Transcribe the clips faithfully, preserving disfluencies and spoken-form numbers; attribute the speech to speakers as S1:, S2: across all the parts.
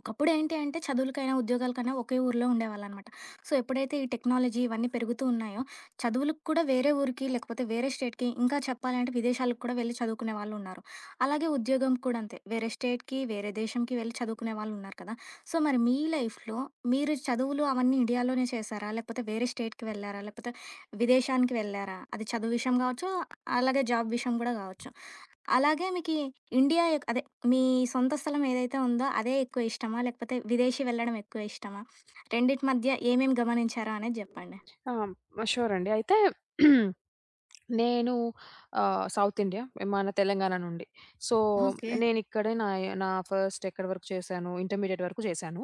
S1: ఒకప్పుడు ఏంటి అంటే చదువులకైనా, ఉద్యోగాలకైనా ఒకే ఊర్లో ఉండేవాళ్ళనమాట. సో, ఎప్పుడైతే ఈ టెక్నాలజీ ఇవన్నీ పెరుగుతూ ఉన్నాయో, చదువులకు కూడా వేరే ఊరికి, లేకపోతే వేరే స్టేట్‌కి, ఇంకా చెప్పాలంటే విదేశాలకు కూడా వెళ్లి చదువుకునే వాళ్ళున్నారు. అలాగే ఉద్యోగం కూడా అంతే. వేరే స్టేట్‌కి, వేరే దేశంకి వెళ్లి చదువుకునే వాళ్ళున్నారు కదా! సో, మరి మీ లైఫ్‌లో మీరు చదువులు అవన్నీ ఇండియాలోనే చేశారా? లేకపోతే వేరే స్టేట్‌కి వెళ్లారా? లేకపోతే విదేశానికి వెళ్లారా? అది చదువు విషయం కావచ్చు, అలాగే జాబ్ విషయం కూడా కావచ్చు. అలాగే మీకి ఇండియా యొక్ అదే మీ సొంత స్థలం ఏదైతే ఉందో అదే ఎక్కువ ఇష్టమా? లేకపోతే విదేశీ వెళ్ళడం ఎక్కువ ఇష్టమా? రెండిటి మధ్య ఏమేమి గమనించారో అనేది జెప్పండి.
S2: ఆ! ష్యూర్ అండి. అయితే నేను ఆహ్, సౌత్ ఇండియా. మన తెలంగాణ నుండి. So,
S1: okay.
S2: నేనిక్కడే నా నా ఫస్ట్ ఎక్కడి వరకు చేశాను, ఇంటర్మీడియేట్ వరకు చేశాను.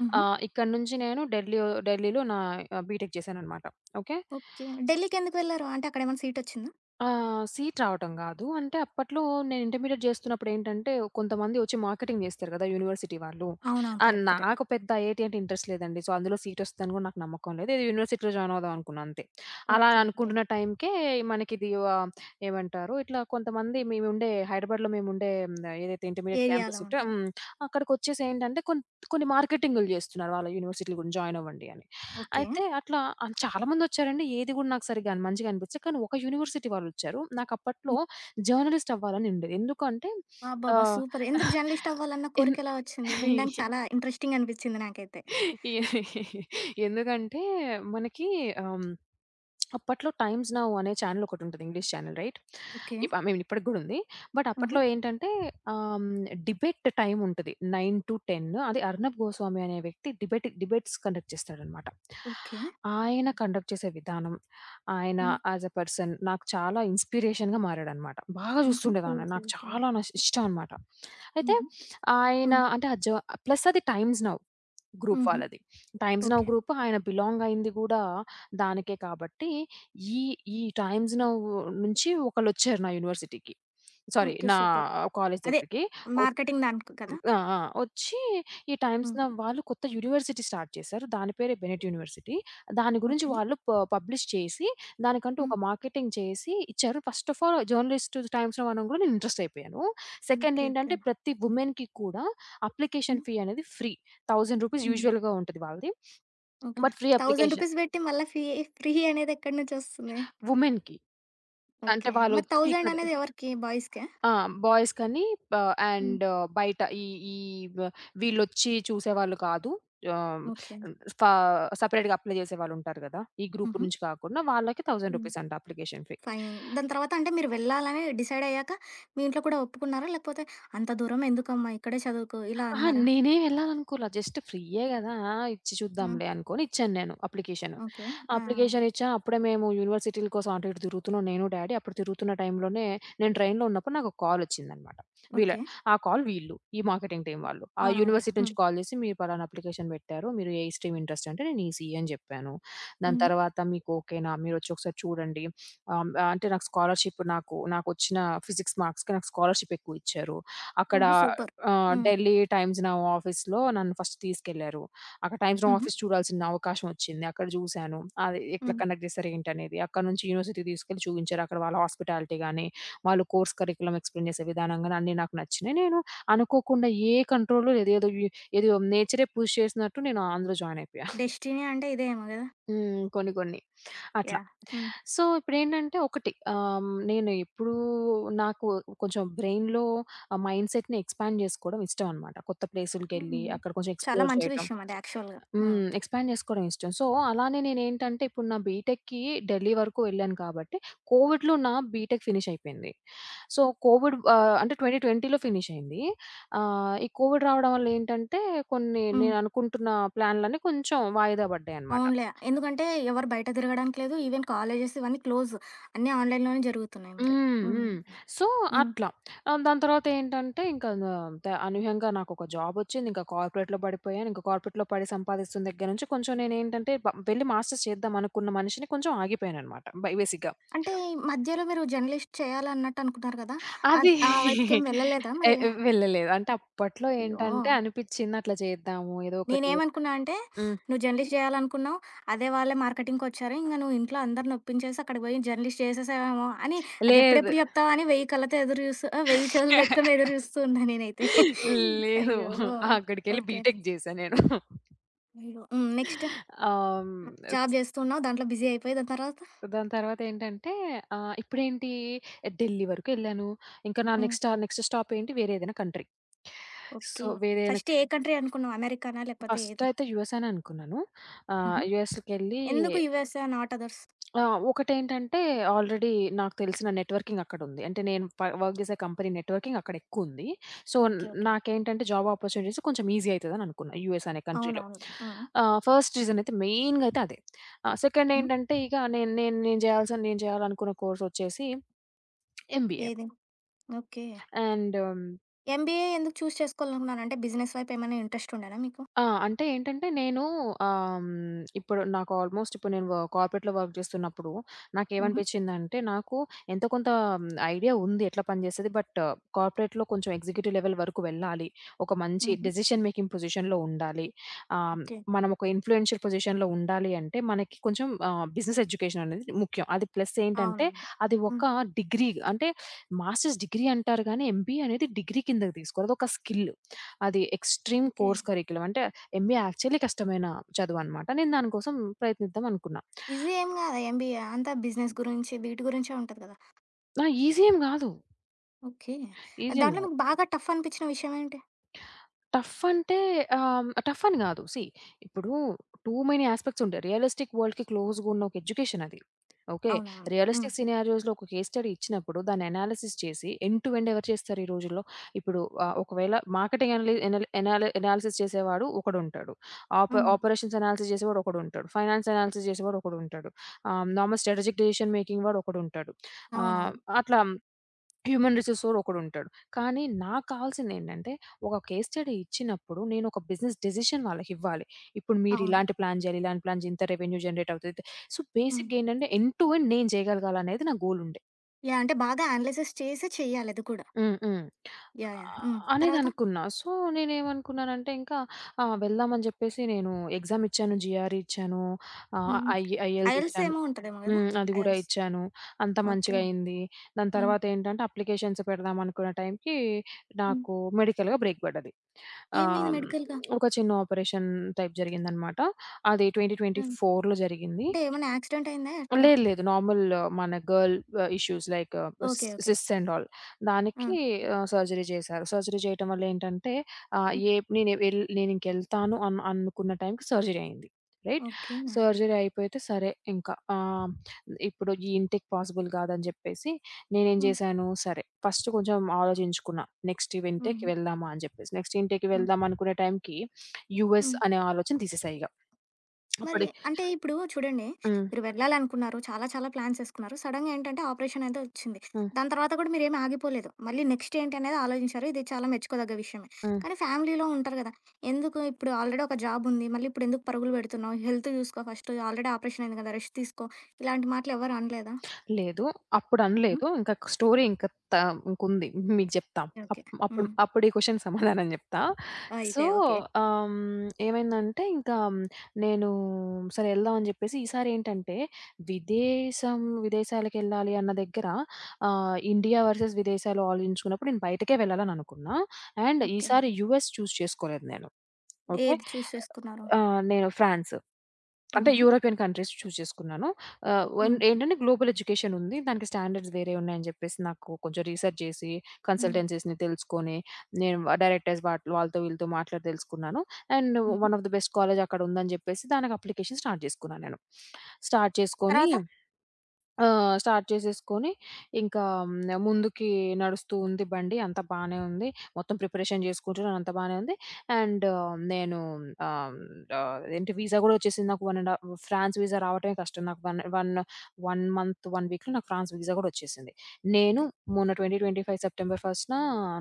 S1: హుహు.
S2: ఆహ్, ఇక్కడి నుంచి నేను ఢిల్లీ ఢిల్లీలో నా ఆహ్, బీటెక్ చేశాననమాట. ఓకే.
S1: ఓకే. ఢిల్లీకెందుకు వెళ్లారు? అంటే అక్కడేమైనా సీటొచ్చిందా?
S2: ఆ! సీట్ రావటం గాదు. అంటే అప్పట్లో నేను ఇంటర్మీడియేట్ జేస్తున్నప్పుడేంటంటే, కొంతమంది ఒచ్చి మార్కెటింగ్ జేస్తారు గదా! యూనివర్సిటీ వాళ్ళు.
S1: అవునవును.
S2: ఆహ్,
S1: కరెక్టే.
S2: నాకు పెద్ద ఐఐటీ అంటే ఇంట్రెస్ట్ లేదండి. సో, అందులో సీటొస్తదని గూడా నాకు నమ్మకం లేదు. ఏదో యూనివర్సిటీలో జాయిన్ అవుదాం అనుకున్నా అంతే. అలా
S1: ఓకే. ఓకే.
S2: అనుకుంటున్న టైంకే మనకిది ఆహ్, ఏమంటారు, ఇట్లా కొంతమంది మేముండే హైదరాబాద్‌లో మేముండే హ్మ్, ఏదైతే ఇంటర్మీడియేట్
S1: ఏరియాలో
S2: క్యాంపస్ ఉంటే
S1: ఉంటారు.
S2: హ్మ్. అక్కడికొచ్చేసేంటంటే, కొన్ కొన్ని మార్కెటింగులు జేస్తున్నారు వాళ్ళ యూనివర్సిటీలో గూడా జాయిన్ అవ్వండి అని.
S1: ఓకే.
S2: అయితే అట్లా ఆహ్, చాలామందొచ్చారండి. ఏది గూడా నాకు సరిగ్గా అన్ మంచిగా అనిపించలేదు. కానీ ఒక యూనివర్సిటీ వాళ్ళొచ్చారు. నాకప్పట్లో
S1: హ్మ్.
S2: జర్నలిస్ట్ అవ్వాలని ఉండేది. ఎందుకంటే
S1: అబ్బబ్బా!
S2: ఆహ్,
S1: సూపర్. ఎందుకు జర్నలిస్ట్ అవ్వాలన్న
S2: ఎన్
S1: కోరికెలా వచ్చింది? వినడానికి చాలా ఇంట్రెస్టింగ్ అనిపిచ్చింది నాకైతే.
S2: ఎ ఎందుకంటే మనకి ఆహ్, అప్పట్లో 'టైమ్స్ నౌ' అనే ఛానెల్ ఒకటుంటది. English channel right?
S1: ఓకే.
S2: ఇప్ ఐ మీన్ ఇప్పటికి గూడా ఉంది. బట్
S1: హుహు.
S2: అప్పట్లో ఏంటంటే ఆహ్, డిబేట్ టైమ్ ఉంటది. తొమ్మిది పది అది అర్నబ్ గోస్వామి అనే వ్యక్తి డిబేట్ డిబేట్స్ కండక్ట్ చేస్తాడనమాట.
S1: ఓకే.
S2: ఆయన కండక్ట్ చేసే విధానం, ఆయన
S1: హ్మ్.
S2: యాజ్ ఎ పర్సన్ నాకు చాలా ఇన్‌స్పిరేషన్‌గా మారాడనమాట. బాగా
S1: హుహు. కూల్.
S2: చూస్తుండేదాన్ని. నాకు
S1: కూల్. కూల్.
S2: చాలా నష్ ఇష్టం అనమాట. అయితే
S1: హుహు.
S2: ఆయన
S1: హ్మ్.
S2: అంటే ఆ జ ప్లస్ అది 'టైమ్స్ నౌ.' గ్రూప్
S1: హుహు.
S2: వాళ్ళది. 'Times Now'
S1: okay. Okay.
S2: Group ఆయన బిలాంగ్ అయింది గూడా దానికే కాబట్టి, ఈ ఈ 'టైమ్స్ నౌ' నుంచి ఒకళ్ళొచ్చారు నా యూనివర్సిటీకి. Sorry
S1: okay.
S2: నా
S1: సూపర్.
S2: కాలేజ్
S1: అదే
S2: దగ్గరికి.
S1: మార్కెటింగ్ దానికి కదా!
S2: ఆ! ఆ! వచ్చి ఈ టైమ్స్
S1: హ్మ్.
S2: నౌ వాళ్ళు కొత్త యూనివర్సిటీ స్టార్ట్ చేశారు. దాని పేరే బెనెట్ యూనివర్సిటీ. దాని గురించి
S1: ఓకే.
S2: వాళ్ళు ప పబ్లిష్ చేసి, దానికంటూ
S1: హ్మ్.
S2: ఒక మార్కెటింగ్ చేసి ఇచ్చారు. First of all journalist Times Now అనం కూడా నేను ఇంట్రెస్ట్ అయిపోయాను. Second
S1: okay. ఓకే.
S2: ఏంటంటే ప్రతి వుమెన్‌కి కూడా
S1: హ్మ్.
S2: అప్లికేషన్ ఫీ అనేది ఫ్రీ. వెయ్యి రూపీస్
S1: హుహు.
S2: యూజువల్‌గా ఉంటది వాళ్ళది.
S1: ఓకే.
S2: బట్ ఫ్రీ
S1: వెయ్యి
S2: అప్లికేషన్
S1: రూపీస్ పెట్టి మళ్ళా ఫీ ఫ్రీ అనేది ఎక్కడి నుంచొస్తుంది?
S2: వుమెన్‌కి. అంటే
S1: ఓకే. మరి
S2: వాళ్ళొచ్చి
S1: వెయ్యి
S2: ఇక్కడ
S1: అనేది ఎవరికి? బాయ్స్‌కా?
S2: ఆ! బాయ్స్ కని ప
S1: హ్మ్.
S2: అండ్ బయట ఈ ఈ వ వీళ్ళొచ్చి చూసేవాళ్ళు కాదు. ఆహ్,
S1: ఓకే.
S2: ఫ సెపరేట్‌గా అప్లై చేసేవాళ్ళుంటారు గదా! ఈ గ్రూప్
S1: హుహు.
S2: నుంచి కాకుండా వాళ్ళకి రూ.
S1: హ్మ్.
S2: వెయ్యి అంట అప్లికేషన్ ఫీ.
S1: ఫైన్. దాని తర్వాత అంటే మీరు వెళ్ళాలని డిసైడ్ అయ్యాక మీ ఇంట్లో కూడా ఒప్పుకున్నారా? లేకపోతే అంత దూరం ఎందుకమ్మా ఇక్కడే చదువుకో ఇలా
S2: అహా!
S1: అన్నారా?
S2: నేనేం ఎళ్ళాలనుకోలా. జస్ట్ ఫ్రీయే గదా! ఆ! ఇచ్చి
S1: హ్మ్.
S2: చూద్దాంలే అనుకోని ఇచ్చాను నేను అప్లికేషను.
S1: ఓకే. ఆ!
S2: అప్లికేషన్ ఇచ్చా. అప్పుడే మేము యూనివర్సిటీల కోసం అటు ఇటు తిరుగుతున్నాం నేను డ్యాడీ. అప్పుడు తిరుగుతున్న టైంలోనే నేను ట్రైన్‌లో ఉన్నప్పుడు నాకొక కాలొచ్చిందనమాట. వీళ్ళ
S1: ఓకే.
S2: ఆ కాల్ వీళ్ళు. ఈ మార్కెటింగ్ టీమ్ వాళ్ళు. ఆ
S1: అవునవునులే.
S2: యూనివర్సిటీ
S1: హ్మ్.
S2: నుంచి కాల్ జేసి, "మీరు పలానా అప్లికేషన్ పెట్టారు. మీరు ఏ స్ట్రీమ్ ఇంట్రెస్ట్?" అంటే నేను ఈసీఈ అని జెప్పాను. దాని
S1: హ్మ్.
S2: తర్వాత "మీకు ఓకేనా? మీరొచ్చి ఒకసారి చూడండి." ఆహ్, అంటే నాకు స్కాలర్‌షిప్ నాకు నాకొచ్చిన ఫిజిక్స్ మార్క్స్‌కి నాకు స్కాలర్‌షిప్ ఎక్కువిచ్చారు. అక్కడ
S1: ఓహో! సూపర్.
S2: ఆహ్,
S1: హ్మ్.
S2: ఢిల్లీ టైమ్స్ నౌ ఆఫీస్‌లో నన్ను ఫస్ట్ తీసుకెళ్లారు. అక్కడ టైమ్స్ నౌ
S1: హుహు.
S2: ఆఫీస్ చూడాల్సిన అవకాశం వచ్చింది. అక్కడ చూసాను. అది ఎట్లా
S1: హ్మ్.
S2: కండక్ట్ చేస్తారు ఏంటనేది. అక్కడి నుంచి యూనివర్సిటీ తీసుకెళ్ళి చూపించారు. అక్కడ వాళ్ళ హాస్పిటాలిటీ గాని, వాళ్ళు కోర్స్ కరిక్యులమ్ ఎక్స్‌ప్లెయిన్ చేసే విధానం గాని అన్నీ నాకు నచ్చినాయి. నేను అనుకోకుండా ఏ కంట్రోల్ లేదు. ఏదో, ఏదో నేచరే పుష్ చేసినట్టు నేను అందులో జాయిన్ అయిపోయా.
S1: డెస్టినీ అంటే ఇదేమో గదా!
S2: హ్మ్. కొన్ని కొన్ని. అట్లా.
S1: యాహ్! హ్మ్.
S2: సో, ఇప్పుడేంటంటే ఒకటి ఆహ్, నేను ఎప్పుడూ నాకు కొంచెం బ్రెయిన్‌లో ఆ మైండ్‌సెట్‌ని ఎక్స్‌పాండ్ జేసుకోవడం ఇష్టం అనమాట. కొత్త ప్లేసులకెళ్ళి
S1: హ్మ్.
S2: అక్కడ కొంచెం
S1: చాలా
S2: ఎక్స్‌ప్లోర్
S1: మంచి
S2: చేయటం.
S1: విషయం అది యాక్చువల్‌గా. హ్మ్.
S2: హ్మ్. ఎక్స్‌పాండ్ జేసుకోవడం ఇష్టం. సో, అలానే నేనేంటంటే ఇప్పుడు నా బీటెక్‌కి ఢిల్లీ వరకు వెళ్ళాను కాబట్టి, కోవిడ్‌లో నా బీటెక్ ఫినిష్ అయిపోయింది. సో, కోవిడ్ ఆహ్, అంటే రెండు వేల ఇరవైలో ఫినిష్ అయింది. ఆహ్, ఈ కోవిడ్ రావడం వల్లేంటంటే కొన్ని
S1: హ్మ్.
S2: నేను అనుకుంటున్న ప్లాన్‌లన్నీ కొంచెం వాయిదా పడ్డాయన్నమాట.
S1: అవునులే. ఎందుకంటే ఎవరు బయట తిరగడానికి లేదు. ఈవెన్ కాలేజెస్ ఇవన్నీ క్లోజ్. అన్నీ ఆన్‌లైన్‌లోనే జరుగుతున్నాయి మరి.
S2: హ్మ్.
S1: హ్మ్.
S2: హ్మ్. సో,
S1: హ్మ్.
S2: అట్లా. ఆహ్, దాని తర్వాతేంటంటే, ఇంకా న ద అనూహ్యంగా నాకొక జాబొచ్చింది. ఇంకా కార్పొరేట్‌లో పడిపోయాను. ఇంకా కార్పొరేట్‌లో పడి సంపాదిస్తున్న దగ్గర నుంచి కొంచెం నేనేంటంటే, బ వెళ్ళి మాస్టర్స్ చేద్దామనుకున్న మనిషిని కొంచెం ఆగిపోయాననమాట బై బేసిక్‌గా.
S1: అంటే ఈ మధ్యలో మీరు జర్నలిస్ట్ చేయాలన్నట్టు అనుకున్నారు కదా! అద్
S2: అది
S1: ఆ వైపుకేం వెళ్ళలేదా
S2: ఎ
S1: మరి?
S2: వెళ్ళలేదు. అంటే అప్పట్లో
S1: అయ్యో!
S2: ఏంటంటే, అనిపిచ్చింది అట్లా చేద్దాము ఏదో ఒకటి
S1: నేనేమనుకున్నా అంటే,
S2: హ్మ్.
S1: నువ్వు జర్నలిస్ట్ జేయాలనుకున్నావు. అదే వాళ్ళే మార్కెటింగ్‌కొచ్చారు. ఇంగ నువ్వు ఇంట్లో అందరిని ఒప్పించేసి అక్కడికి బోయి జర్నలిస్ట్ చేసేసావేమో అని అది
S2: లేదు.
S1: ఎప్పుడెప్పుడు జెప్తావా అని వెయ్యి కళ్ళతో ఎదురు జూస్తూ ఆహ్, వెయ్యి చెవులు బెట్టుకొని ఎదురు జూస్తూ ఉన్నా నేనైతే.
S2: లేదు.
S1: అయ్యో!
S2: అక్కడికెళ్ళి
S1: ఓకే.
S2: బీటెక్ జేశా నేను.
S1: అయ్యో! హ్మ్. నెక్స్ట్
S2: ఆహ్, హ్మ్.
S1: జాబ్ జేస్తూ ఉన్నావు. దాంట్లో బిజీ అయిపోయి దాని తర్వాత?
S2: దాని తర్వాతేంటంటే ఆహ్, ఇప్పుడేంటి ఢిల్లీ వరకెళ్ళాను. ఇంకా నా
S1: హ్మ్.
S2: నెక్స్ట్ ఆహ్, నెక్స్ట్ స్టాప్ ఏంటి వేరే ఏదైనా కంట్రీ. So,
S1: okay.
S2: వేరే ఏదైనా
S1: ఫస్ట్ ఏ కంట్రీ అనుకున్నావు? అమెరికానా? లేకపోతే
S2: ఫస్ట్
S1: ఏది?
S2: అయితే యూఎస్ అని అనుకున్నాను. ఆహ్,
S1: ఆహా!
S2: యూఎస్‌కెళ్ళి
S1: ఎందుకు యూఎస్‌ఏ నాట్ అదర్స్?
S2: ఆ! ఒకటేంటంటే ఆల్రెడీ నాకు తెలిసిన నెట్వర్కింగ్ అక్కడుంది. అంటే నేను ప వర్క్ చేసే కంపెనీ నెట్వర్కింగ్ అక్కడెక్కువుంది. So,
S1: okay. ఓకే.
S2: నాకేంటంటే జాబ్ ఆపర్చునిటీస్ కొంచెం ఈజీ అయితదని అనుకున్నా యూఎస్ అనే కంట్రీలో.
S1: అవునవును. హ్మ్.
S2: ఆహ్, ఫస్ట్ రీజన్ అయితే మెయిన్‌గా అయితే అదే. ఆహ్, సెకండ్
S1: హ్మ్.
S2: ఏంటంటే ఇక నేను నేను నేను చేయాల్సిన నేను చేయాలనుకున్న కోర్స్ వచ్చేసి ఎంబీఏ.
S1: ఏది? ఓకే.
S2: అండ్ హ్మ్,
S1: ఎంబీఏ ఎందుకు చూజ్ చేసుకోవాలనుకున్నారంటే, బిజినెస్ వైపు ఏమైనా ఇంట్రెస్ట్ ఉండేనా మీకు?
S2: ఆ! అంటే ఏంటంటే నేను ఆహ్, హ్మ్, ఇప్పుడు నాకు ఆల్‌మోస్ట్ ఇప్పుడు నేను వ కార్పొరేట్‌లో వర్క్ చేస్తున్నప్పుడు
S1: హుహు.
S2: నాకేమనిపించిందంటే, నాకు ఎంతో కొంత హ్మ్, ఐడియా ఉంది ఎట్లా పనిచేస్తది. బట్ కార్పొరేట్‌లో కొంచెం ఎగ్జిక్యూటివ్ లెవెల్ వరకు వెళ్ళాలి. ఒక మంచి
S1: హుహు.
S2: డెసిషన్ మేకింగ్ పొజిషన్‌లో ఉండాలి. ఆహ్,
S1: ఓకే.
S2: మనం ఒక ఇన్‌ఫ్లూయెన్షియల్ పొజిషన్‌లో ఉండాలి అంటే మనకి కొంచెం ఆహ్, బిజినెస్ ఎడ్యుకేషన్ అనేది ముఖ్యం. అది ప్లస్ ఏంటంటే
S1: అవునవును.
S2: అది ఒక
S1: హ్మ్.
S2: డిగ్రీ అంటే మాస్టర్స్ డిగ్రీ అంటారు గానీ ఎంబీఏ అనేది డిగ్రీ కిందకి తీసుకోరు. అదొక స్కిల్. అది ఎక్స్‌ట్రీమ్
S1: ఓకే.
S2: Course curriculum. అంటే ఎంబీఏ యాక్చువల్లీ కష్టమైన చదువనమాట. నేను దాని కోసం ప్రయత్నిద్దామనుకున్నా.
S1: ఈజీ ఏం కాదా ఎంబీఏ. అంతా బిజినెస్ గురించి, వీటి గురించే ఉంటది కదా!
S2: ఆ! ఈజీ ఏం గాదు.
S1: ఓకే.
S2: ఈజీ ఏం
S1: దాంట్లో
S2: గాదు.
S1: మీకు బాగా టఫ్ అనిపించిన విషయం ఏంటి?
S2: టఫ్ అంటే ఆహ్, టఫ్ అని గాదు. సీ ఇప్పుడు టూ మెనీ యాస్పెక్ట్స్ ఉంటాయి. రియలిస్టిక్ వరల్డ్‌కి క్లోజ్‌గా ఉన్న ఒక ఎడ్యుకేషన్ అది. ఓకే.
S1: అవునవును. హ్మ్.
S2: రియలిస్టిక్ సినారియోస్‌లో ఒక కేస్ స్టడీ ఇచ్చినప్పుడు దాన్ని అనాలిసిస్ చేసి ఎండ్ టు ఎండ్ ఎవరు చేస్తారు ఈ రోజుల్లో? ఇప్పుడు ఆహ్, ఒకవేళ మార్కెటింగ్ అనలి ఎనలి ఎనాలి ఎనాలిసిస్ చేసేవాడు ఒకడుంటాడు. ఆప
S1: హ్మ్.
S2: ఆపరేషన్స్ ఎనాలిసిస్ చేసేవాడు ఒకడుంటాడు. ఫైనాన్స్ ఎనాలిసిస్ చేసేవాడు ఒకడుంటాడు. ఆహ్, నార్మల్ స్ట్రాటజిక్ డెసిషన్ మేకింగ్ వాడు ఒకడుంటాడు. ఆహ్,
S1: అవునవును.
S2: అట్లా హ్యూమన్ రిసోర్స్ ఒకడుంటాడు. కానీ నాకు కావాల్సిందేంటంటే, ఒక కేస్ స్టడీ ఇచ్చినప్పుడు నేను ఒక బిజినెస్ డెసిషన్ వాళ్ళకివ్వాలి. ఇప్పుడు మీరు
S1: అవును.
S2: ఇలాంటి ప్లాన్ చేయాలి, ఇలాంటి ప్లాన్ ఇంత రెవెన్యూ జనరేట్ అవుతది. సో,
S1: హ్మ్.
S2: బేసిక్‌గా ఏంటంటే ఎండ్ టు ఎండ్ నేను చేయగలగాలనేది నా గోల్ ఉండే.
S1: యాహ్! అంటే బాగా అనలైసిస్ చేసి చెయ్యాలి అది కూడా.
S2: హ్మ్. హ్మ్.
S1: యాహ్! యాహ్!
S2: ఆహ్,
S1: హ్మ్.
S2: అనేది
S1: తర్వాత?
S2: అనుకున్నా. సో, నేనేమనుకున్నానంటే ఇంకా ఆహ్, వెళ్దామని చెప్పేసి నేను ఎగ్జామ్ ఇచ్చాను. జీఆర్ఈ ఇచ్చాను. ఆహ్,
S1: హ్మ్.
S2: ఐ ఐఎల్స్
S1: ఐఎల్టీఎస్
S2: ఇచ్చాను.
S1: ఏమో ఉంటదేమో కదా!
S2: హ్మ్. అది గూడా
S1: ఐఎల్టీఎస్.
S2: ఇచ్చాను. అంతా
S1: ఓకే.
S2: మంచిగా అయింది. దాని
S1: హ్మ్.
S2: తర్వాతేంటంటే, అప్లికేషన్స్ పెడదామనుకున్న టైంకి
S1: హ్మ్.
S2: నాకు మెడికల్‌గా బ్రేక్ పడ్డది.
S1: ఏమైంది
S2: ఆహ్,
S1: మెడికల్‌గా?
S2: ఒక చిన్న ఆపరేషన్ టైప్ జరిగిందనమాట. అది
S1: హ్మ్.
S2: రెండు వేల ఇరవై నాలుగులో జరిగింది.
S1: అంటే ఏమైనా యాక్సిడెంట్ అయిందా ఎట్లా?
S2: లేదు లేదు. నార్మల్ మన girl ah, issues like cyst
S1: okay. Okay.
S2: Cyst and all.
S1: ఆ!
S2: దానికి ఆహ్, సర్జరీ చేశారు. సర్జరీ చేయటం వల్ల ఏంటంటే ఆహ్,
S1: హ్మ్.
S2: ఏ నేను వెల్ నేనింకెళ్తాను అన్ అనుకున్న టైంకి సర్జరీ అయింది. రైట్?
S1: ఓకే.
S2: సర్జరీ అయిపోతే సరే ఇంకా ఆహ్, ఇప్పుడు ఈ ఇంటికి పాసిబుల్ కాదని చెప్పేసి నేనేం
S1: హ్మ్.
S2: చేశాను, సరే ఫస్ట్ కొంచెం ఆలోచించుకున్నా. నెక్స్ట్
S1: హ్మ్.
S2: ఇంటేక్‌కి వెళ్దామా అని చెప్పేసి. నెక్స్ట్ ఇంటేక్‌కి
S1: హ్మ్.
S2: వెళ్దాం అనుకునే టైంకి యూఎస్
S1: హ్మ్.
S2: అనే ఆలోచన తీసేసా ఇగ.
S1: మరి
S2: అప్పుడే
S1: అంటే ఇప్పుడు చూడండి,
S2: హ్మ్.
S1: మీరు వెళ్ళాలనుకున్నారు. చాలా చాలా ప్లాన్స్ ఏసుకున్నారు. సడెన్‌గా ఏంటంటే ఆపరేషన్ అయితే వచ్చింది.
S2: హ్మ్.
S1: దాని తర్వాత కూడా మీరేమి ఆగిపోలేదు. మళ్ళీ నెక్స్ట్ ఏంటి అనేది ఆలోచించారు. ఇది చాలా మెచ్చుకోదగ్గ విషయమే.
S2: హ్మ్.
S1: కానీ ఫ్యామిలీలో ఉంటారు గదా! ఎందుకు ఇప్పుడు ఆల్రెడీ ఒక జాబ్ ఉంది. మళ్ళీ ఇప్పుడు ఎందుకు పరుగులు పెడుతున్నావు? హెల్త్ చూసుకో ఫస్ట్. ఆల్రెడీ ఆపరేషన్ అయింది కదా! రెస్ట్ తీసుకో. ఇలాంటి మాటలు ఎవరు అనలేదా?
S2: లేదు.
S1: హ్మ్.
S2: అప్పుడనలేదు. ఇంక స్టోరీ ఇంక త ఇంకుంది. మీకు జెప్తా.
S1: ఓకే.
S2: అప్ అప్పుడు
S1: హ్మ్.
S2: అప్పుడు ఈ క్వెషన్ సమాధానం జెప్తా. సో,
S1: అయితే ఓకే.
S2: ఆహ్, హ్మ్, ఏమైందంటే ఇంకా నేను సరే ఎళ్దాం అని జెప్పేసి ఈసారేంటంటే విదేశం విదేశాలకెళ్ళాలి అన్న దగ్గర ఆహ్, ఇండియా వర్సెస్ విదేశాలు ఆలోచించుకున్నప్పుడు నేను బయటకే వెళ్ళాలని అనుకున్నా. And
S1: okay.
S2: ఈసారి యూఎస్ చూజ్ చేసుకోలేదు నేను. ఓకే.
S1: ఏది చూస్ చేసుకున్నారు?
S2: ఆహ్, నేను ఫ్రాన్స్. అంటే
S1: హుహు.
S2: యూరోపియన్ కంట్రీస్ చూజ్ చేసుకున్నాను. ఆహ్, వన్
S1: హ్మ్.
S2: ఏంటంటే గ్లోబల్ ఎడ్యుకేషన్ ఉంది. దానికి స్టాండర్డ్స్ వేరే ఉన్నాయని చెప్పేసి నాకు కొంచెం రీసెర్చ్ చేసి,
S1: హ్మ్.
S2: కన్సల్టెన్సీస్‌ని తెలుసుకొని, నేను డైరెక్టర్స్ వాట్ వాళ్ళతో వీళ్ళతో మాట్లాడి తెలుసుకున్నాను. అండ్
S1: హుహు.
S2: One of the best college అక్కడ ఉందని చెప్పేసి దానికి అప్లికేషన్ స్టార్ట్ చేసుకున్నాను నేను. స్టార్ట్ చేసుకొని
S1: తర్వాత?
S2: ఆ! స్టార్ట్ చేసేసుకొని, ఇంకా హ్మ్, ముందుకి నడుస్తూ ఉంది బండి. అంతా బానే ఉంది. మొత్తం ప్రిపరేషన్ చేసుకుంటున్నాను. అంతా బానే ఉంది. అండ్ నేను ఆహ్, ఆహ్, ఏంటి వీసా గూడా వచ్చేసింది. నాకు ఒకటిన్నర ½ ఫ్రాన్స్ వీసా రావటమే కష్టం. నాకు వన్ వన్ ఒక మంత్, ఒక వీక్‌లో నాకు ఫ్రాన్స్ వీసా గూడా వచ్చేసింది. నేను
S1: ఓకే.
S2: మొన్న రెండు వేల ఇరవై ఐదు సెప్టెంబర్ ఒకటిన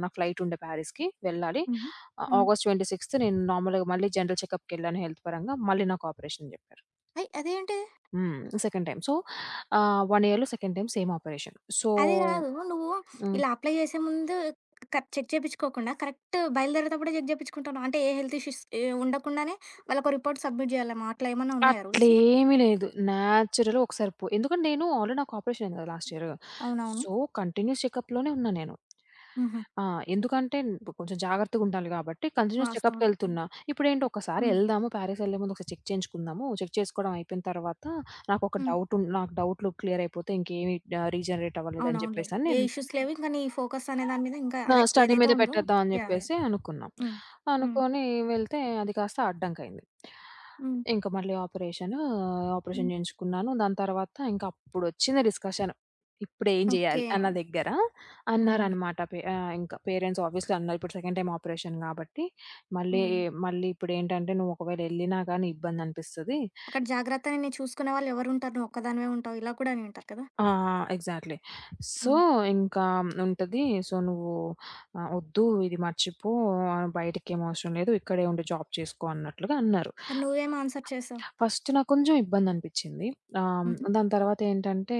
S2: నా ఫ్లైట్ ఉండే ప్యారిస్‌కి వెళ్ళాలి.
S1: హుహు. హ్మ్.
S2: ఆగస్ట్ ఇరవై ఆరవ నేను నార్మల్‌గా మళ్ళీ జనరల్ చెకప్‌కెళ్ళాను హెల్త్ పరంగా. మళ్ళీ నాకు ఆపరేషన్ అని జెప్పారు.
S1: ఏయ్! అదేంటి?
S2: హ్మ్. Second time. సో, ఆహ్, ఒక ఇయర్‌లో second time same operation. So
S1: అది గాదు. నువ్వు
S2: హ్మ్.
S1: ఇలా అప్లై చేసే ముందు క చెక్ చేపిచ్చుకోకుండా కరెక్ట్ బయలుదేరేటప్పుడే చెక్ చేపిచ్చుకుంటున్నావు. అంటే ఏ హెల్త్ ఇష్యూస్ ఎ ఉండకుండానే వాళ్ళకో రిపోర్ట్ సబ్మిట్ జేయాలేమో అట్లా ఏమన్నా ఉన్నాయా రూల్స్?
S2: అట్లేమి లేదు. న్యాచురల్‌గా ఒకసారి పో ఎందుకంటే నేను ఆల్రెడీ నాకు ఆపరేషన్ అయింది కదా! Last year.
S1: అవునవును.
S2: సో, కంటిన్యూయస్ చెకప్‌లోనే ఉన్నా నేను.
S1: హుహు.
S2: ఆ! ఎందుకంటే ఇప్పుడు కొంచెం జాగ్రత్తగా ఉండాలి కాబట్టి కంటిన్యూయస్
S1: వాస్తవం. హ్మ్.
S2: చెకప్‌కెళ్తున్నా. ఇప్పుడేంటి ఒక్కసారి
S1: హ్మ్.
S2: ఎళ్దాము పారిస్ ఎళ్ళే ముందు ఒకసారి చెక్ చేయించుకుందాము. చెక్ చేసుకోవడం అయిపోయిన తర్వాత నాకొక
S1: హ్మ్.
S2: డౌట్ ఉన్ నాకు డౌట్లు క్లియర్ అయిపోతే ఇంకేమి ఆహ్, రీజనరేట్ అవ్వలేదని
S1: అవునవునులే.
S2: చెప్పేసని
S1: ఏ
S2: నేను
S1: ఇష్యూస్ లేవు. ఇంకా నీ ఫోకస్ అనే దాని మీద ఇంకా
S2: ఆ!
S1: అదే
S2: స్టడీ
S1: ఏదైతే
S2: మీద
S1: ఉందో
S2: పెట్టేద్దాం అని
S1: యాహ్! యాహ్!
S2: జెప్పేసి అనుకున్నాం.
S1: హ్మ్. హ్మ్.
S2: అనుకోని వెళ్తే అది కాస్త అడ్డంకయింది.
S1: హ్మ్.
S2: ఇంక మళ్ళీ ఆపరేషను, ఆపరేషన్
S1: హ్మ్.
S2: జేయించుకున్నాను. దాని తర్వాత ఇంక అప్పుడొచ్చింది డిస్కషన్. ఇప్పుడేం జేయాలి
S1: ఓకే.
S2: అన్న దగ్గర
S1: హ్మ్.
S2: అన్నారనమాట. పే ఆహ్, ఇంకా పేరెంట్స్ ఆబ్వియస్‌లీ అన్నారు. ఇప్పుడు సెకండ్ టైమ్ ఆపరేషన్ గాబట్టి, మళ్ళీ
S1: హ్మ్.
S2: మళ్ళీ ఇప్పుడేంటంటే, "నువ్వు ఒకవేళ ఎళ్ళినా గానీ ఇబ్బందనిపిస్తది."
S1: అక్కడ జాగ్రత్తని చూసుకునే వాళ్ళు ఎవరుంటారు? నువ్వు ఒక్కదానివే ఉంటావు. ఇలా కూడా అని ఉంటారు కదా!
S2: ఆ! ఎగ్జాక్ట్‌లీ. సో,
S1: హ్మ్.
S2: ఇంకా ఉంటది. సో, నువ్వు ఆహ్, "వద్దు ఇది మర్చిపో ఆహ్, బయటకేం అవసరం లేదు. ఇక్కడే ఉండి జాబ్ చేసుకో" అన్నట్లుగా అన్నారు.
S1: మరి నువ్వేం ఆన్సర్ చేసావు?
S2: ఫస్ట్ నాకు కొంచెం ఇబ్బందనిపిచ్చింది. ఆహ్,
S1: హుహు.
S2: దాని తర్వాత ఏంటంటే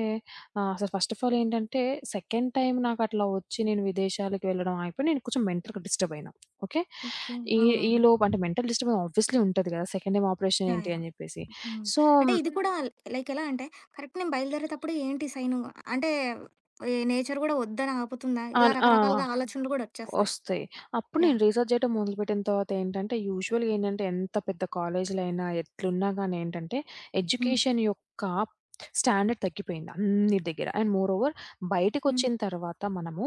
S2: ఆహ్, అసలు ఫస్ట్ ఆఫ్ ఆల్ ఏంటంటే, సెకండ్ టైమ్ నాకట్లా వచ్చి నేను విదేశాలకు వెళ్ళడం ఆగిపోయి, నేను కొంచెం మెంటల్‌గా డిస్టర్బ్ అయినా. ఓకే.
S1: ఓకే.
S2: ఈ
S1: అవునవును.
S2: ఈలోపు అంటే మెంటల్ డిస్టర్బెన్స్ ఆబ్వియస్‌లీ ఉంటది కదా! Second time operation
S1: yeah!
S2: ఏంటి
S1: యాహ్!
S2: అని జెప్పేసి.
S1: హ్మ్.
S2: సో,
S1: అంటే ఇది కూడా లైక్ ఎలా అంటే కరెక్ట్ నేను బయలుదేరేటప్పుడు ఏంటి సైను? అంటే ఈ నేచర్ గూడా వద్దని ఆపుతుందా? ఇలా
S2: ఆన్ ఆ!
S1: రకరకాలుగా ఆలోచనలు గూడా వచ్చేస్తాయి.
S2: ఒస్తాయి. అప్పుడు
S1: యాహ్!
S2: నేను రీసెర్చ్ జేయటం మొదలుపెట్టిన తర్వాత ఏంటంటే, యూజువల్‌గా ఏంటంటే, ఎంత పెద్ద కాలేజీలైనా, ఎట్లున్నా గానీ ఏంటంటే,
S1: హ్మ్.
S2: ఎడ్యుకేషన్ యొక్క స్టాండర్డ్ తగ్గిపోయింది అన్ని దగ్గర. అండ్ మోరోవర్
S1: హ్మ్.
S2: బయటికొచ్చిన తర్వాత మనము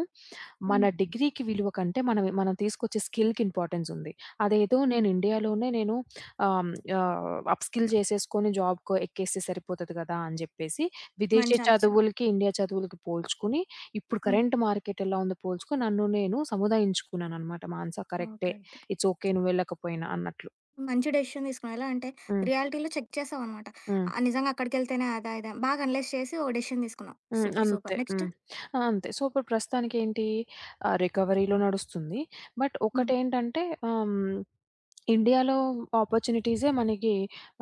S2: మన
S1: హ్మ్.
S2: డిగ్రీకి విలువ కంటే మనం మనం తీసుకొచ్చే స్కిల్‌కి ఇంపార్టెన్స్ ఉంది. అదేదో
S1: హ్మ్.
S2: నేను ఇండియాలోనే నేను ఆహ్, ఆహ్, అప్‌స్కిల్ చేసేసుకొని జాబ్‌కో ఎక్కేస్తే సరిపోతది కదా! అని చెప్పేసి విదేశీ
S1: మంచి ఆలోచన.
S2: చదువులకి, ఇండియా చదువులకి పోల్చుకుని ఇప్పుడు
S1: హ్మ్.
S2: కరెంట్ మార్కెట్ ఎలా ఉందో పోల్చుకొని నన్ను నేను సముదాయించుకున్నాననమాట. మానస
S1: ఓకే.
S2: కరెక్టే.
S1: ఓకే.
S2: ఇట్స్ ఓకే నువ్వు వెళ్ళకపోయినా అన్నట్లు.
S1: మంచి డెసిషన్ తీసుకున్నావు. ఎలా అంటే
S2: హ్మ్.
S1: రియాలిటీలో చెక్ చేసావనమాట.
S2: హ్మ్.
S1: ఆహ్, నిజంగా అక్కడికెళ్తేనే అదా, ఇదా బాగా అనలైజ్ చేసి ఓ డెసిషన్ తీసుకున్నావు.
S2: హ్మ్.
S1: సూపర్. సూపర్.
S2: అంతే.
S1: నెక్స్ట్?
S2: హ్మ్. ఆ! అంతే. సో, ఇప్పుడు ప్రస్తుతానికేంటి ఆహ్, రికవరీలో నడుస్తుంది. బట్
S1: హ్మ్.
S2: ఒకటేంటంటే ఆహ్, హ్మ్ ఇండియాలో ఆపర్చునిటీసే మనకి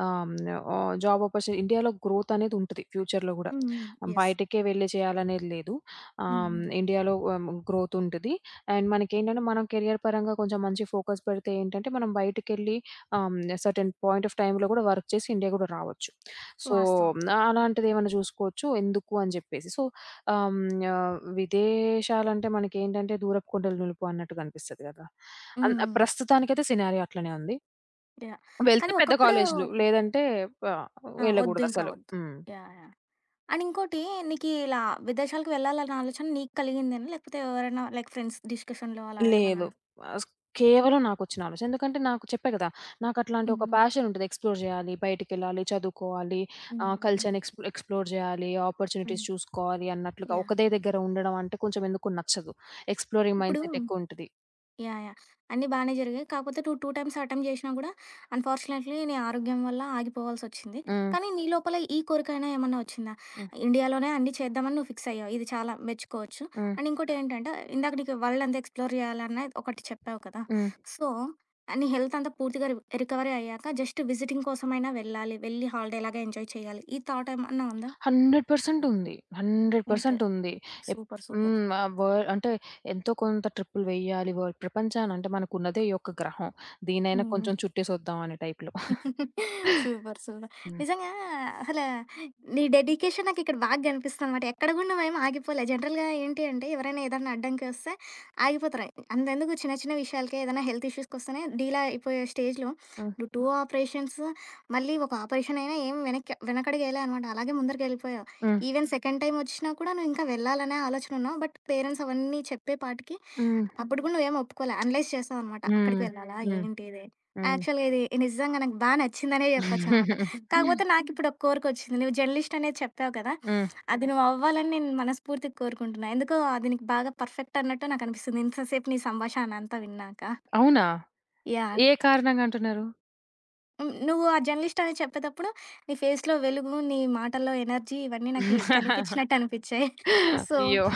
S2: ఆహ్, హ్మ్, ఆహ్, జాబ్ ఆపర్చునిటీ ఇండియాలో గ్రోత్ అనేది ఉంటది ఫ్యూచర్‌లో గూడా.
S1: హ్మ్. హ్మ్. యెస్.
S2: బయటకే వెళ్లి చేయాలనేది లేదు. ఆహ్,
S1: హ్మ్.
S2: హ్మ్,
S1: హ్మ్.
S2: ఇండియాలో ఆహ్, గ్రోత్ ఉంటది. అండ్ మనకేంటంటే మనం కెరియర్ పరంగా కొంచెం మంచి ఫోకస్ పెడితే ఏంటంటే మనం బయటికెళ్ళి ఆహ్, హ్మ్, సర్టెన్ పాయింట్ ఆఫ్ టైమ్‌లో గూడా వర్క్ చేసి ఇండియా గూడా రావచ్చు. సో,
S1: వాస్తవం.
S2: అలాంటిదేమన్నా జూసుకోవచ్చు ఎందుకు అని జెప్పేసి. సో ఆహ్, హ్మ్. ఆహ్, విదేశాలంటే మనకేంటంటే దూరపు కొండలు నులుపు అన్నట్టు కనిపిస్తది కదా!
S1: హ్మ్.
S2: అన్
S1: హ్మ్.
S2: ప్రస్తుతానికైతే సినారియో అట్లనే ఉంది.
S1: యాహ్!
S2: వెళ్తే
S1: కానీ
S2: పెద్ద
S1: ఒకప్పుడు
S2: కాలేజీలు లేదంటే ఆహ్,
S1: ఆ! వద్దు ఇంకా
S2: వెళ్ళగూడదసలు.
S1: వద్దు.
S2: హ్మ్.
S1: యాహ్! యాహ్! అండ్ ఇంకోటి నీకీ ఇలా విదేశాలకు వెళ్ళాలన్న ఆలోచన నీకు కలిగిందేనా? లేకపోతే ఎవరైనా లైక్ ఫ్రెండ్స్ డిస్కషన్‌లో అలా
S2: లేదు.
S1: ఏమన్నానా?
S2: ఆహ్, కేవలం నాకొచ్చిన ఆలోచన. ఎందుకంటే నాకు చెప్పా కదా! నాకట్లాంటి
S1: హ్మ్.
S2: ఒక
S1: హ్మ్.
S2: ప్యాషన్ ఉంటది. ఎక్స్‌ప్లోర్ జేయాలి, బయటికెళ్ళాలి, చదువుకోవాలి, ఆహ్,
S1: హ్మ్.
S2: కల్చర్‌ని ఎక్స్ ఎక్స్‌ప్లోర్ జేయాలి,
S1: హ్మ్.
S2: ఆపర్చునిటీస్ చూసుకోవాలి అన్నట్లుగా
S1: యాహ్!
S2: ఒకదే దగ్గర ఉండడం అంటే కొంచెం ఎందుకో నచ్చదు. ఎక్స్‌ప్లోరింగ్
S1: ఇప్పుడు
S2: మైండ్‌సెట్ ఎక్కువుంటది.
S1: యాహ్! యాహ్! అన్నీ బానే జరిగాయి. కాకపోతే నువ్వు రెండు టైమ్స్ అటెంప్ట్ చేషినా గూడా అన్‌ఫార్చునేట్‌లీ నీ ఆరోగ్యం వల్ల ఆగిపోవాల్సొచ్చింది.
S2: హ్మ్.
S1: కానీ నీ లోపల ఈ కోరికైనా ఏమన్నా వచ్చిందా?
S2: హ్మ్.
S1: ఇండియాలోనే అన్నీ చేద్దామని నువ్వు ఫిక్స్ అయ్యావు. ఇది చాలా మెచ్చుకోవచ్చు.
S2: హ్మ్.
S1: అండ్ ఇంకోటేంటంటే ఇందాక నీకు వరల్డ్ అంతా ఎక్స్‌ప్లోర్ చేయాలన్న ఒకటి చెప్పావు కదా!
S2: హ్మ్.
S1: సో, నీ హెల్త్ అంతా పూర్తిగా రి రికవరీ అయ్యాక జస్ట్ విజిటింగ్ కోసమైనా వెళ్ళాలి. వెళ్ళి హాలిడేలాగా ఎంజాయ్ చేయాలి. ఈ థాట్ ఏమన్నా ఉందా?
S2: వంద శాతం ఉంది.
S1: ఓకే.
S2: వంద శాతం ఉంది. ఎప్
S1: సూపర్. సూపర్.
S2: హ్మ్. ఆహ్, వ అంటే ఎంతో కొంత ట్రిప్పులు వేయాలి. వ ప్రపంచాన అంటే మనకున్నదే ఈ ఒక్క గ్రహం. దీనైనా
S1: హ్మ్.
S2: కొంచెం చుట్టేసొద్దాం అనే టైప్‌లో.
S1: సూపర్. సూపర్.
S2: హ్మ్.
S1: నిజంగా అసల నీ డెడికేషన్ నాకిక్కడ బాగా కనిపిస్తుందనమాట. ఎక్కడ గూడా నువ్వేం ఆగిపోలే. జనరల్‌గా ఏంటి అంటే ఎవరైనా ఏదన్నా అడ్డంకొస్తే ఆగిపోతారు. అంతెందుకు చిన్న చిన్న విషయాలకే ఏదైనా హెల్త్ ఇష్యూస్‌కొస్తేనే డీల్ అయిపోయే స్టేజ్‌లో
S2: హ్మ్.
S1: నువ్వు రెండు ఆపరేషన్స్ మళ్ళీ ఒక ఆపరేషన్ అయినా ఏం వెనక్కి వెనకడుగేయలే అనమాట. అలాగే ముందరికెళ్ళిపోయావు.
S2: హ్మ్.
S1: ఈవెన్ సెకండ్ టైమ్ ఒచ్చినా కూడా నువ్వు ఇంకా వెళ్ళాలనే ఆలోచన ఉన్నావు. బట్ పేరెంట్స్ అవన్నీ చెప్పే పాటికి
S2: హ్మ్.
S1: అప్పుడు కూడా నువ్వేమి ఒప్పుకోలే. అనలైజ్ చేసావనమాట. అక్కడికి
S2: హ్మ్.
S1: వెళ్ళాలా? ఏంటి ఇది?
S2: హ్మ్.
S1: యాక్చువల్‌గా ఇది నిజంగా నాకు బా నచ్చిందనే చెప్పొచ్చనమాట.
S2: హ్మ్.
S1: కాకపోతే నాకిప్పుడు ఒక కోరికొచ్చింది. నువ్వు జర్నలిస్ట్ అనేది చెప్పావు కదా!
S2: హ్మ్.
S1: అది నువ్వు అవ్వాలని నేను మనస్ఫూర్తిగా కోరుకుంటున్నా. ఎందుకో అది నీకు బాగా పర్ఫెక్ట్ అన్నట్టు నాకనిపిస్తుంది. ఇంతసేపు నీ సంభాషణ అంతా విన్నాక.
S2: అవునా?
S1: యాహ్!
S2: ఏ కారణంగా అంటున్నారు?
S1: హ్మ్. నువ్వు ఆ జర్నలిస్ట్ అని చెప్పేతప్పుడు నీ ఫేస్‌లో వెలుగు, నీ మాటల్లో ఎనర్జీ ఇవన్నీ నాకి కనిపించినట్టు అనిపిచ్చాయి. సో,
S2: అయ్యో!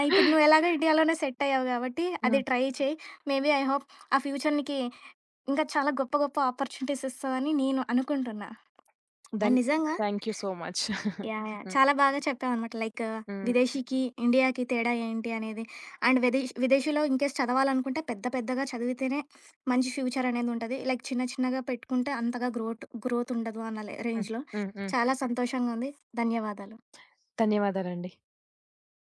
S1: ఆహ్, ఇప్పుడు నువ్వు ఎలాగో ఇండియాలోనే సెట్ అయ్యావు కాబట్టి అది
S2: హ్మ్.
S1: ట్రై చెయి. మేబీ ఐ హోప్ ఆ ఫ్యూచర్ నీకి ఇంకా చాలా గొప్ప గొప్ప ఆపర్చునిటీస్ ఇస్తదని నేను అనుకుంటున్నా. మరి
S2: దన్
S1: నిజంగా
S2: thank you so much.
S1: Yeah! Yeah!
S2: హ్మ్.
S1: చాలా బాగా చెప్పావనమాట. లైక్
S2: హ్మ్.
S1: విదేశీకి, ఇండియాకి తేడా ఏంటి అనేది. అండ్ విదేశ్ విదేశీలో ఇన్‌కేస్ చదవాలనుకుంటే పెద్ద పెద్దగా చదివితేనే మంచి ఫ్యూచర్ అనేది ఉంటది. లైక్ చిన్న చిన్నగా పెట్టుకుంటే అంతగా గ్రోట్ గ్రోత్ ఉండదు అన్న లే
S2: హ్మ్.
S1: రేంజ్‌లో.
S2: హ్మ్. హ్మ్.
S1: చాలా సంతోషంగా ఉంది. ధన్యవాదాలు.
S2: ధన్యవాదాలండి.